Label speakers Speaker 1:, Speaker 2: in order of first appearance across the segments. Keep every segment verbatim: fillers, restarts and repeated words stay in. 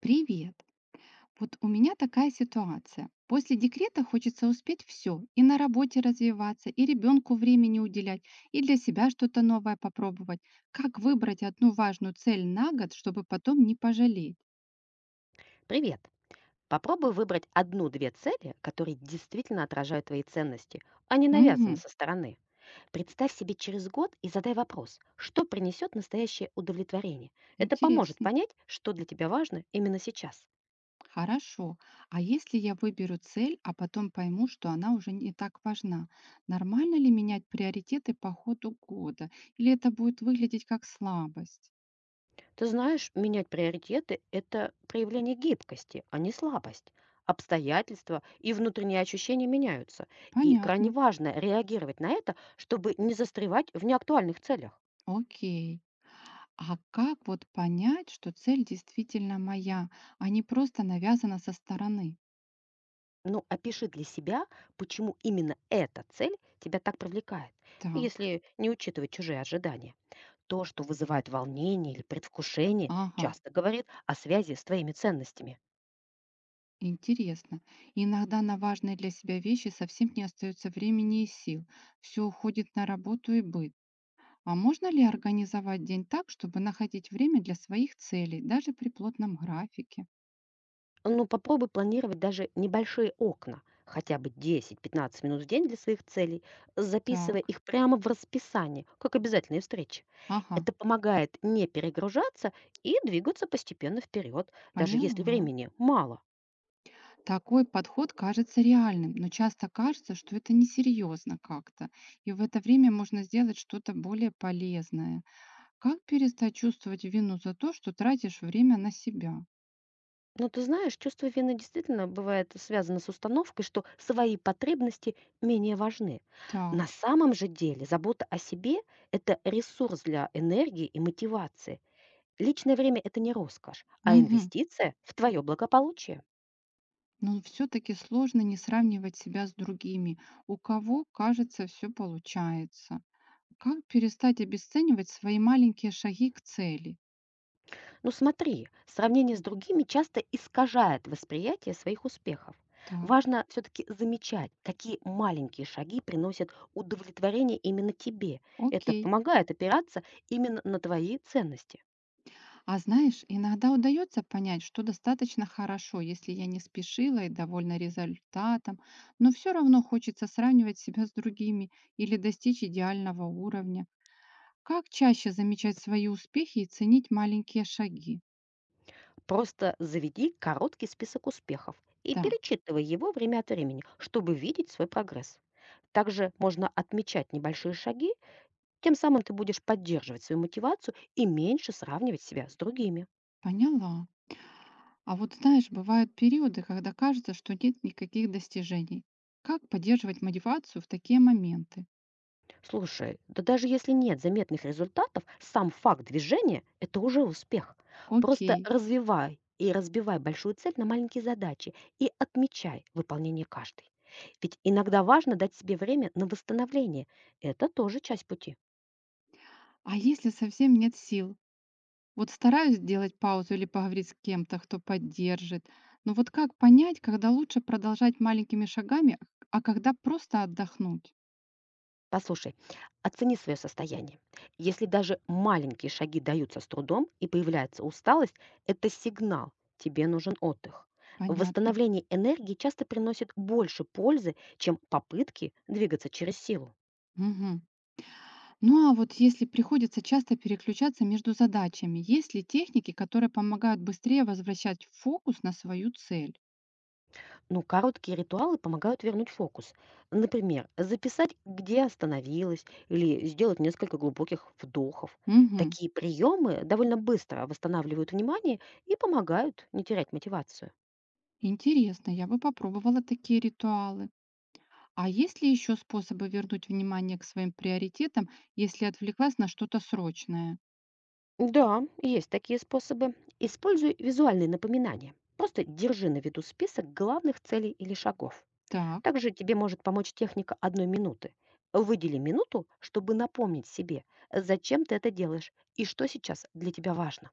Speaker 1: Привет. Вот у меня такая ситуация. После декрета хочется успеть все, и на работе развиваться, и ребенку времени уделять, и для себя что-то новое попробовать. Как выбрать одну важную цель на год, чтобы потом не пожалеть?
Speaker 2: Привет! Попробуй выбрать одну-две цели, которые действительно отражают твои ценности, а не навязаны
Speaker 1: Угу,
Speaker 2: со стороны. Представь себе через год и задай вопрос, что принесет настоящее удовлетворение. Это поможет
Speaker 1: интересно.
Speaker 2: понять, что для тебя важно именно сейчас.
Speaker 1: Хорошо. А если я выберу цель, а потом пойму, что она уже не так важна, нормально ли менять приоритеты по ходу года? Или это будет выглядеть как слабость?
Speaker 2: Ты знаешь, менять приоритеты– это проявление гибкости, а не слабость. Обстоятельства и внутренние ощущения меняются, и
Speaker 1: Понятно.
Speaker 2: крайне важно реагировать на это, чтобы не застревать в неактуальных целях.
Speaker 1: Окей. А как вот понять, что цель действительно моя, а не просто навязана со стороны?
Speaker 2: Ну, опиши для себя, почему именно эта цель тебя так привлекает, ну,
Speaker 1: Так,
Speaker 2: если не учитывать чужие ожидания. То, что вызывает волнение или предвкушение,
Speaker 1: ага,
Speaker 2: часто говорит о связи с твоими ценностями.
Speaker 1: интересно. Иногда на важные для себя вещи совсем не остается времени и сил. Все уходит на работу и быт. А можно ли организовать день так, чтобы находить время для своих целей, даже при плотном графике?
Speaker 2: Ну, попробуй планировать даже небольшие окна, хотя бы 10-15 минут в день для своих целей, записывая
Speaker 1: Так,
Speaker 2: их прямо в расписание, как обязательные встречи.
Speaker 1: ага,
Speaker 2: Это помогает не перегружаться и двигаться постепенно вперед, даже если
Speaker 1: поняла.
Speaker 2: времени мало.
Speaker 1: Такой подход кажется реальным, но часто кажется, что это несерьезно как-то, и в это время можно сделать что-то более полезное. Как перестать чувствовать вину за то, что тратишь время на себя?
Speaker 2: Ну, ты знаешь, чувство вины действительно бывает связано с установкой, что свои потребности менее важны.
Speaker 1: Так,
Speaker 2: На самом же деле забота о себе– это ресурс для энергии и мотивации. Личное время– это не роскошь, а
Speaker 1: мгм.
Speaker 2: инвестиция в твое благополучие.
Speaker 1: Но все-таки сложно не сравнивать себя с другими, у кого, кажется, все получается. Как перестать обесценивать свои маленькие шаги к цели?
Speaker 2: Ну смотри, сравнение с другими часто искажает восприятие своих успехов.
Speaker 1: Так,
Speaker 2: Важно все-таки замечать, какие маленькие шаги приносят удовлетворение именно тебе. Это
Speaker 1: окей.
Speaker 2: помогает опираться именно на твои ценности.
Speaker 1: А знаешь, иногда удается понять, что достаточно хорошо, если я не спешила и довольна результатом, но все равно хочется сравнивать себя с другими или достичь идеального уровня. Как чаще замечать свои успехи и ценить маленькие шаги?
Speaker 2: Просто заведи короткий список успехов и
Speaker 1: Так,
Speaker 2: перечитывай его время от времени, чтобы видеть свой прогресс. Также можно отмечать небольшие шаги, тем самым ты будешь поддерживать свою мотивацию и меньше сравнивать себя с другими.
Speaker 1: поняла. А вот знаешь, бывают периоды, когда кажется, что нет никаких достижений. Как поддерживать мотивацию в такие моменты?
Speaker 2: Слушай, да даже если нет заметных результатов, сам факт движения– это уже успех. Просто
Speaker 1: Окей.
Speaker 2: развивай и разбивай большую цель на маленькие задачи и отмечай выполнение каждой. Ведь иногда важно дать себе время на восстановление. Это тоже часть пути.
Speaker 1: А если совсем нет сил? Вот стараюсь сделать паузу или поговорить с кем-то, кто поддержит. Но вот как понять, когда лучше продолжать маленькими шагами, а когда просто отдохнуть?
Speaker 2: Послушай, оцени свое состояние. Если даже маленькие шаги даются с трудом и появляется усталость, это сигнал, тебе нужен отдых.
Speaker 1: Понятно.
Speaker 2: Восстановление энергии часто приносит больше пользы, чем попытки двигаться через силу.
Speaker 1: Мгм. Ну а вот если приходится часто переключаться между задачами, есть ли техники, которые помогают быстрее возвращать фокус на свою цель?
Speaker 2: Но короткие ритуалы помогают вернуть фокус. Например, записать, где остановилась, или сделать несколько глубоких вдохов.
Speaker 1: Мгм.
Speaker 2: Такие приемы довольно быстро восстанавливают внимание и помогают не терять мотивацию.
Speaker 1: Интересно, я бы попробовала такие ритуалы. А есть ли еще способы вернуть внимание к своим приоритетам, если отвлеклась на что-то срочное?
Speaker 2: Да, есть такие способы. Используй визуальные напоминания. Просто держи на виду список главных целей или шагов.
Speaker 1: Так.
Speaker 2: Также тебе может помочь техника одной минуты. Выдели минуту, чтобы напомнить себе, зачем ты это делаешь и что сейчас для тебя важно.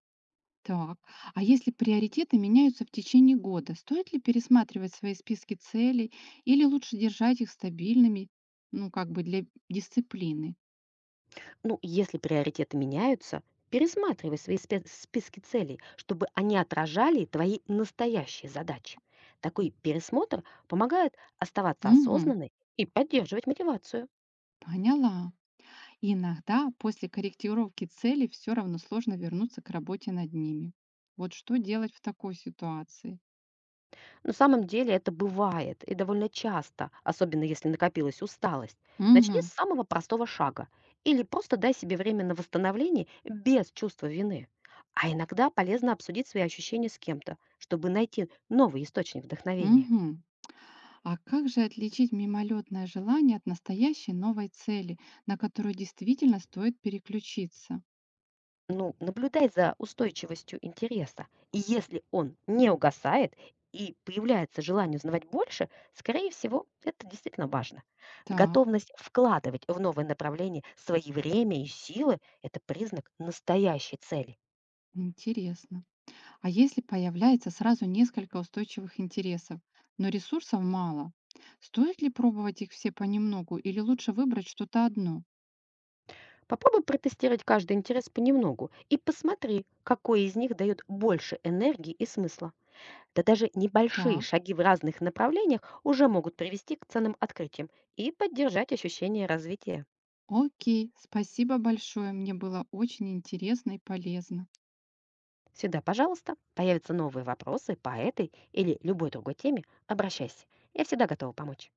Speaker 1: Так, а если приоритеты меняются в течение года, стоит ли пересматривать свои списки целей или лучше держать их стабильными, ну, как бы для дисциплины?
Speaker 2: Ну, если приоритеты меняются, пересматривай свои спе- списки целей, чтобы они отражали твои настоящие задачи. Такой пересмотр помогает оставаться
Speaker 1: Угу,
Speaker 2: осознанной и поддерживать мотивацию.
Speaker 1: поняла. Иногда после корректировки целей все равно сложно вернуться к работе над ними. Вот что делать в такой ситуации?
Speaker 2: На самом деле это бывает и довольно часто, особенно если накопилась усталость. Начни с
Speaker 1: Угу,
Speaker 2: самого простого шага или просто дай себе время на восстановление без чувства вины. А иногда полезно обсудить свои ощущения с кем-то, чтобы найти новый источник вдохновения.
Speaker 1: угу. А как же отличить мимолетное желание от настоящей новой цели, на которую действительно стоит переключиться?
Speaker 2: Ну, наблюдай за устойчивостью интереса. И если он не угасает и появляется желание узнавать больше, скорее всего, это действительно важно.
Speaker 1: Так,
Speaker 2: Готовность вкладывать в новое направление свои время и силы– это признак настоящей цели.
Speaker 1: интересно. А если появляется сразу несколько устойчивых интересов, но ресурсов мало, стоит ли пробовать их все понемногу или лучше выбрать что-то одно?
Speaker 2: Попробуй протестировать каждый интерес понемногу и посмотри, какой из них дает больше энергии и смысла. Да даже небольшие
Speaker 1: Так,
Speaker 2: шаги в разных направлениях уже могут привести к ценным открытиям и поддержать ощущение развития.
Speaker 1: окей, спасибо большое, мне было очень интересно и полезно.
Speaker 2: Всегда пожалуйста. Появятся новые вопросы по этой или любой другой теме, обращайся. Я всегда готова помочь.